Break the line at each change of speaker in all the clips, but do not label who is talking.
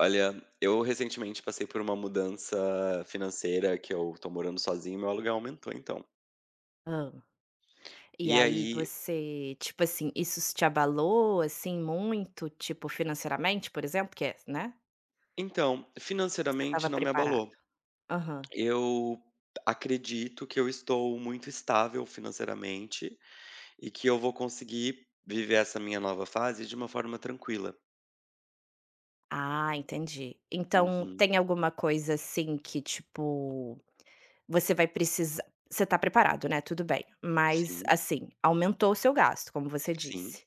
Olha, eu recentemente passei por uma mudança financeira que eu tô morando sozinho, meu aluguel aumentou então.
Hã. E
E
aí
aí
você, tipo assim, isso te abalou, assim, muito, tipo, financeiramente, por exemplo, que é, né,
então,
você estava
financeiramente não me
preparado?
abalou.
Aham.
Eu acredito que eu estou muito estável financeiramente e que eu vou conseguir viver essa minha nova fase de uma forma tranquila.
Ah, entendi. Então
Uhum.
tem alguma coisa assim que, tipo. Você vai precisar, você está preparado, né, tudo bem, mas
Sim,
assim, aumentou o seu gasto, como você
sim.
disse.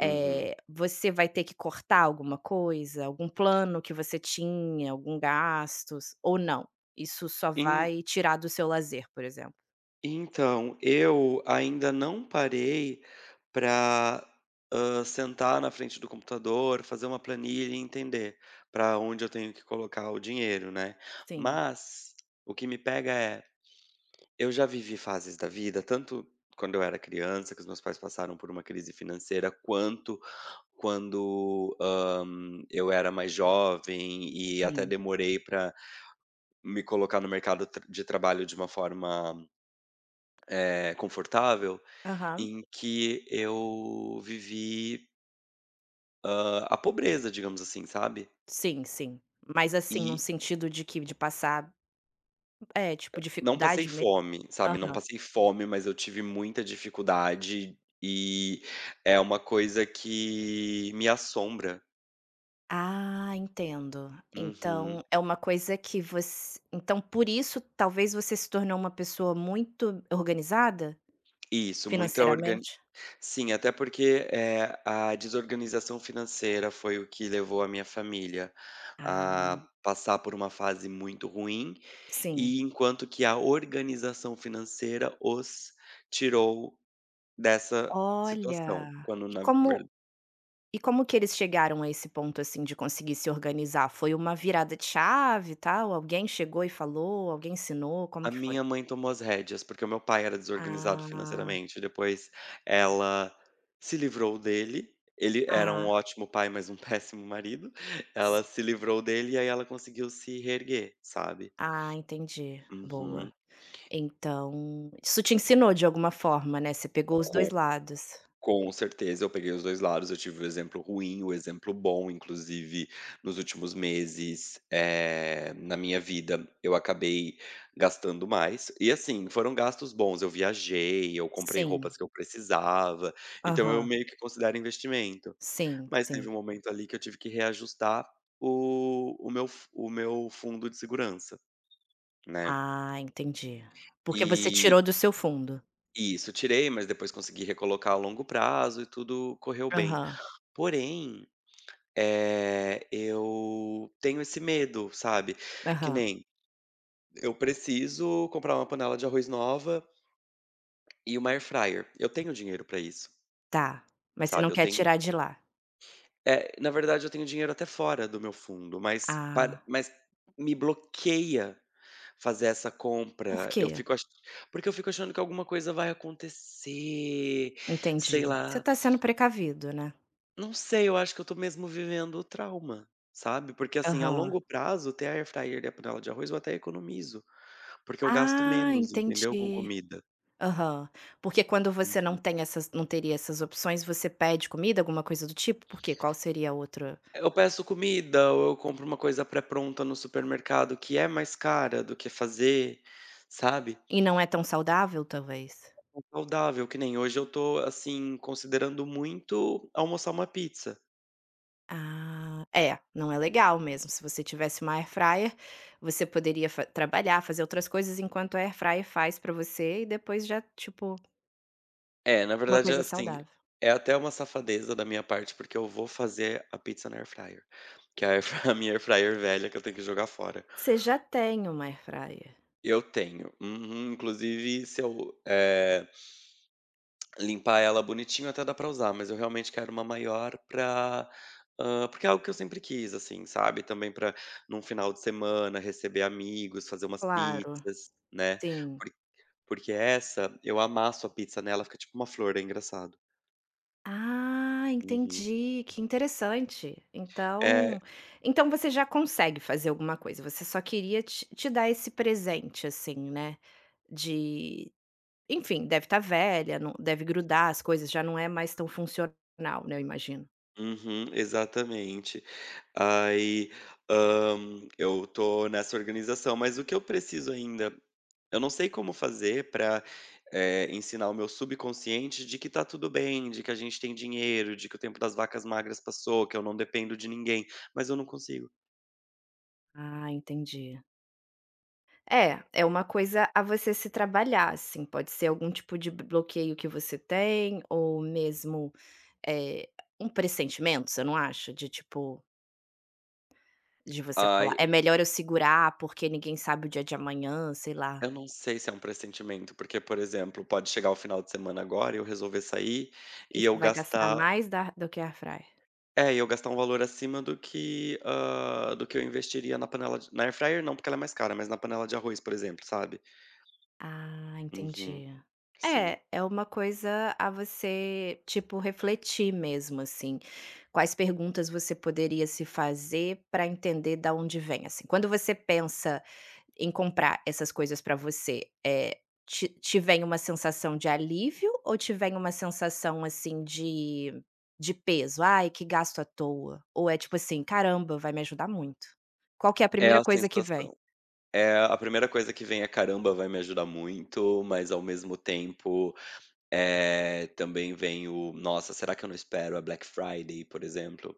Uhum.
Você vai ter que cortar alguma coisa, algum plano que você tinha, algum gastos ou não? Isso só
Em-
vai tirar do seu lazer, por exemplo?
Então, eu ainda não parei para sentar na frente do computador, fazer uma planilha e entender para onde eu tenho que colocar o dinheiro, né.
Sim,
Mas o que me pega é, eu já vivi fases da vida, tanto quando eu era criança, que os meus pais passaram por uma crise financeira, quanto quando, eu era mais jovem e até
sim.
demorei para me colocar no mercado tra de trabalho de uma forma, confortável.
Aham.
Em que eu vivi, a pobreza, digamos assim, sabe.
Sim, sim. Mas assim, num
E
sentido de que de passar, é, tipo,
não passei
dificuldade mesmo?
fome, sabe, não
Aham.
passei fome, mas eu tive muita dificuldade e é uma coisa que me assombra.
Ah, entendo. Então
Uhum.
é uma coisa que você, então por isso talvez você se tornou uma pessoa muito organizada
Isso, muita.
financeiramente?
Sim, até porque, a desorganização financeira foi o que levou a minha família
Ah,
a passar por uma fase muito ruim,
sim.
e enquanto que a organização financeira os tirou dessa situação,
Olha,
quando
e
na ver
como e como que eles chegaram a esse ponto, assim, de conseguir se organizar? Foi uma virada de chave e tal? Alguém chegou e falou? Alguém ensinou? Como
a
que foi?
minha mãe tomou as rédeas, porque o meu pai era desorganizado
Ah,
financeiramente, depois ela se livrou dele, ele era um
ah,
ótimo pai, mas um péssimo marido,
si
ela se livrou dele e aí ela conseguiu se reerguer, sabe.
ah, entendi. Boa.
Uhum.
Então, isso te ensinou de alguma forma, né, você pegou os
Com
2 lados.
com certeza, eu peguei os 2 lados, eu tive o exemplo ruim, o exemplo bom, inclusive nos últimos meses, na minha vida, eu acabei gastando mais. E assim, foram gastos bons, eu viajei, eu comprei
Sim.
roupas que eu precisava, então eu
Aham.
meio que considero investimento.
Sim,
Mas teve
sim.
um momento ali que eu tive que reajustar o meu fundo de segurança, né.
Ah, entendi. Porque você
E
tirou do seu fundo.
Isso, tirei, mas depois consegui recolocar a longo prazo e tudo correu bem.
Aham,
Porém, eu tenho esse medo, sabe, que
aham.
nem eu preciso comprar uma panela de arroz nova e uma air fryer. Eu tenho dinheiro pra isso,
Tá. Mas você não
sabe, eu
quer
tenho
tirar de lá.
na verdade eu tenho dinheiro até fora do meu fundo, mas
Ah,
para mas me bloqueia fazer essa
por
compra. Eu
quê?
fico ach porque eu fico achando que alguma coisa vai acontecer, sei
Entendi. Você
lá.
tá sendo precavido, né.
Não sei, eu acho que eu tô mesmo vivendo o trauma, sabe, porque, assim, a
Aham.
longo prazo, ter a air fryer e a panela de arroz eu até economizo, porque eu gasto
Ah,
menos, entendeu, com
entendi.
comida.
Aham. Porque quando você não
Entendi.
tem essas, não teria essas opções, você pede comida, alguma coisa do tipo? Por quê? Qual seria a outra,
Eu peço comida ou eu compro uma coisa pré-pronta no supermercado que é mais cara do que fazer, sabe,
e não é tão saudável, talvez?
é saudável, que nem hoje eu tô, assim, considerando muito almoçar uma pizza.
Ah, é, não é legal mesmo. Se você tivesse uma air fryer, você poderia fa trabalhar, fazer outras coisas enquanto a air fryer faz pra você e depois já, tipo,
É, na
uma
verdade,
coisa
assim,
saudável.
é até uma safadeza da minha parte, porque eu vou fazer a pizza na air fryer, que é a air fry a minha air fryer velha que eu tenho que jogar fora.
Você já tem uma air fryer?
Eu tenho. Uhum, inclusive, se eu, limpar ela bonitinho, até dá pra usar, mas eu realmente quero uma maior pra porque é algo que eu sempre quis, assim, sabe, também pra num final de semana receber amigos, fazer umas
Claro,
pizzas, né,
sim.
por porque essa, eu amasso a pizza nela, fica tipo uma flor, é engraçado.
Ah,
Uhum.
entendi, que interessante.
É.
Então, então você já consegue fazer alguma coisa, você só queria te dar esse presente, assim, né, de. Enfim, deve estar velha, não deve grudar as coisas, já não é mais tão funcional, né, eu imagino.
Uhum, exatamente. Aí, hã, eu tô nessa organização, mas o que eu preciso ainda eu não sei como fazer para ensinar o meu subconsciente de que tá tudo bem, de que a gente tem dinheiro, de que o tempo das vacas magras passou, que eu não dependo de ninguém, mas eu não consigo.
Ah, entendi. É, é uma coisa a você se trabalhar, assim, pode ser algum tipo de bloqueio que você tem ou mesmo, eh, um pressentimento, você não acha? De tipo, de você falar:
Ai,
"É melhor eu segurar, porque ninguém sabe o dia de amanhã", sei lá.
eu não sei se é um pressentimento, porque, por exemplo, pode chegar o final de semana agora e eu resolver sair
E
e
você
eu
vai gastar
gastar
mais da do que a airfryer.
É, e eu gastar um valor acima do que, do que eu investiria na panela de na air fryer não, porque ela é mais cara, mas na panela de arroz, por exemplo, sabe.
Ah,
Uhum,
entendi. É,
sim.
é uma coisa a você, tipo, refletir mesmo, assim. Quais perguntas você poderia se fazer para entender da onde vem, assim. Quando você pensa em comprar essas coisas para você, te vem uma sensação de alívio ou te vem uma sensação, assim, de peso? "Ai, que gasto à toa", ou é tipo assim: "Caramba, vai me ajudar muito"? Qual que é a
É
primeira
a
coisa que vem?
sensação. É, a primeira coisa que vem é: "Caramba, vai me ajudar muito", mas ao mesmo tempo, também vem o: "Nossa, será que eu não espero a Black Friday", por exemplo,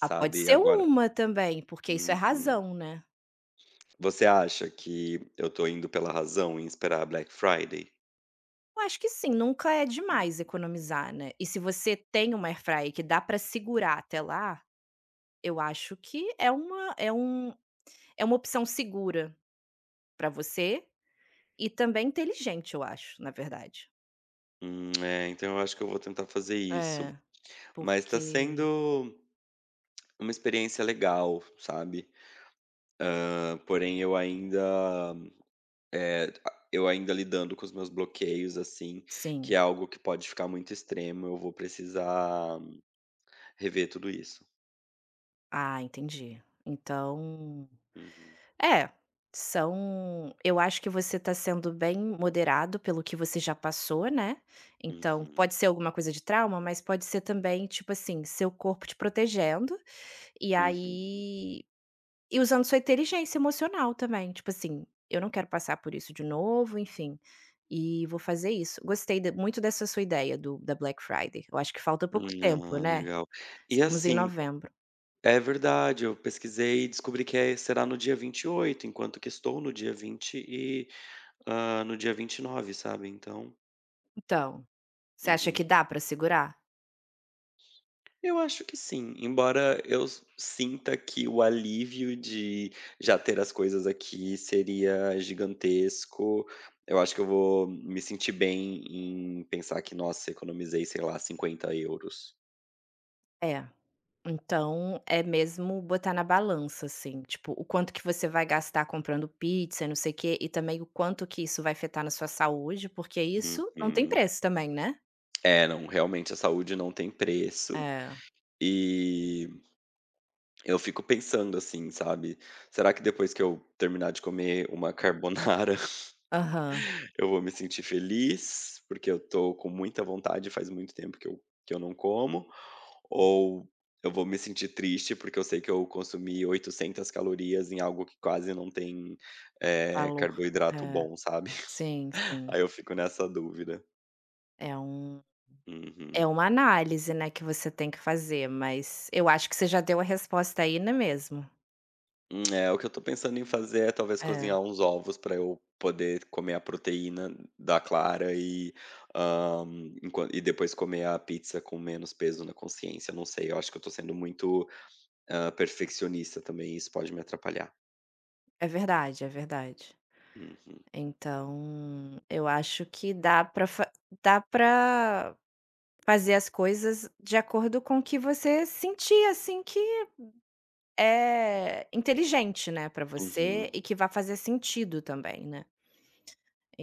Ah, pode ser
agora
uma também, porque isso é
uhum.
razão, né.
Você acha que eu tô indo pela razão em esperar a Black Friday?
Eu acho que sim, nunca é demais economizar, né. E se você tem uma airfryer que dá pra segurar até lá, eu acho que é uma é um é uma opção segura pra você e também inteligente, eu acho, na verdade.
É, então eu acho que eu vou tentar fazer isso.
É,
Mas tá
porque
sendo uma experiência legal, sabe. Porém eu ainda, eh, a eu ainda lidando com os meus bloqueios, assim, que
sim.
é algo que pode ficar muito extremo, eu vou precisar rever tudo isso.
Ah, entendi. Então
Uhum,
é, são eu acho que você está sendo bem moderado pelo que você já passou, né, então
uhum,
pode ser alguma coisa de trauma, mas pode ser também, tipo assim, seu corpo te protegendo, e
uhum.
aí e usando sua inteligência emocional também, tipo assim: "Eu não quero passar por isso de novo", enfim, e vou fazer isso. Gostei de muito dessa sua ideia do da Black Friday, eu acho que falta pouco tempo,
Ah,
né,
legal. E
estamos em
assim
novembro.
é verdade, eu pesquisei e descobri que é será no dia 28, enquanto que estou no dia no dia 29, sabe, então
Então, você acha que
uhum.
dá para segurar?
Eu acho que sim, embora eu s sinta que o alívio de já ter as coisas aqui seria gigantesco. Eu acho que eu vou me sentir bem em pensar que, nossa, economizei, sei lá, €50.
É. Então, é mesmo botar na balança, assim, tipo, o quanto que você vai gastar comprando pizza e não sei o quê, e também o quanto que isso vai afetar na sua saúde, porque isso não tem
Uhum.
preço também, né.
É, não, realmente a saúde não tem preço.
É.
E eu fico pensando assim, sabe, será que depois que eu terminar de comer uma carbonara.
Aham.
Eu vou me sentir feliz, porque eu tô com muita vontade, faz muito tempo que eu não como, ou eu vou me sentir triste, porque eu sei que eu consumi 800 calorias em algo que quase não tem,
Valor.
carboidrato
É.
bom, sabe.
Sim, sim.
Aí eu fico nessa dúvida.
É um é
Uhum.
uma análise, né, que você tem que fazer, mas eu acho que você já deu a resposta aí, não é mesmo?
É, o que eu tô pensando em fazer é talvez
É.
cozinhar uns ovos para eu poder comer a proteína da clara e, hã, enquan e depois comer a pizza com menos peso na consciência, não sei, eu acho que eu tô sendo muito perfeccionista também, isso pode me atrapalhar.
É verdade, é verdade.
Uhum,
Então, eu acho que dá pra fa dá para fazer as coisas de acordo com o que você sentir, assim, que é inteligente, né, pra você
uhum,
e que vai fazer sentido também, né.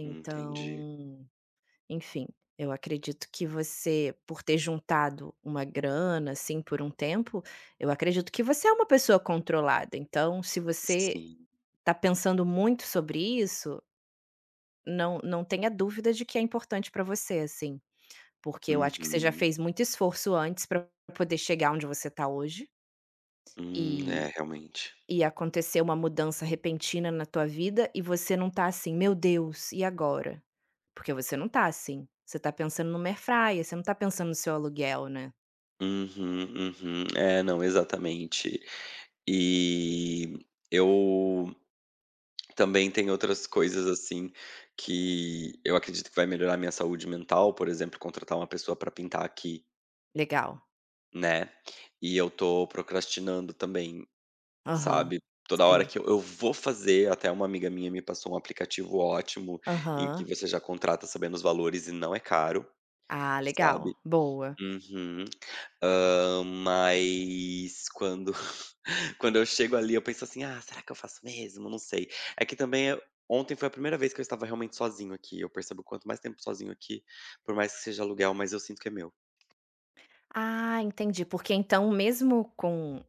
entendi.
enfim, eu acredito que você, por ter juntado uma grana, assim, por um tempo, eu acredito que você é uma pessoa controlada, então se você
Sim.
tá pensando muito sobre isso, não tenha dúvida de que é importante pra você, assim, porque eu acho que você já
Uhum.
fez muito esforço antes pra poder chegar onde você tá hoje.
É,
E
realmente.
e aconteceu uma mudança repentina na tua vida e você não tá assim: "Meu Deus, e agora?". Porque você não tá assim, você tá pensando no air, você não tá pensando no seu aluguel, né.
Uhum, uhum. É, não, exatamente. E eu também tenho outras coisas, assim, que eu acredito que vai melhorar a minha saúde mental, por exemplo, contratar uma pessoa para pintar aqui,
Legal.
né, e eu tô procrastinando também.
Aham.
Sabe, toda hora
Sim.
que eu vou fazer até uma amiga minha me passou um aplicativo ótimo, em que
Aham.
você já contrata sabendo os valores e não é caro,
Ah, legal,
sabe.
boa.
Uhum. Mas quando quando eu chego ali eu penso assim: "Ah, será que eu faço mesmo? Não sei". É que também eu ontem foi a primeira vez que eu estava realmente sozinho aqui, eu percebo quanto mais tempo sozinho aqui, por mais que seja aluguel, mas eu sinto que é meu.
Ah, entendi, porque então mesmo com,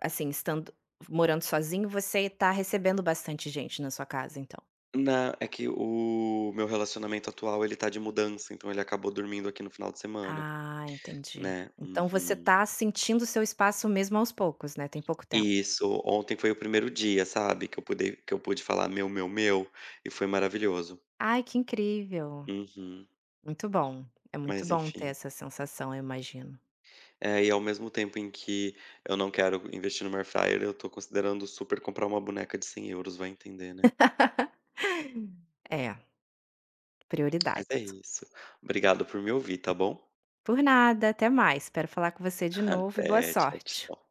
assim, estando morando sozinho, você tá recebendo bastante gente na sua casa, então?
Na é que o meu relacionamento atual ele tá de mudança, então ele acabou dormindo aqui no final de semana.
Ah, entendi.
Né,
Então você
uhum.
tá sentindo o seu espaço mesmo aos poucos, né, tem pouco tempo.
Isso, ontem foi o primeiro dia, sabe, que eu pude falar "meu, meu, meu" e foi maravilhoso.
Ai, que incrível.
Uhum.
Muito bom. É muito
Mas
bom ter
enfim.
essa sensação, eu imagino.
É, e ao mesmo tempo em que eu não quero investir no airfryer, eu tô considerando super comprar uma boneca de €100, vai entender, né.
É,
Mas é
prioridades.
isso. Obrigado por me ouvir, tá bom?
Por nada, até mais. Espero falar com você de novo e boa
Até, tchau,
sorte.
tchau.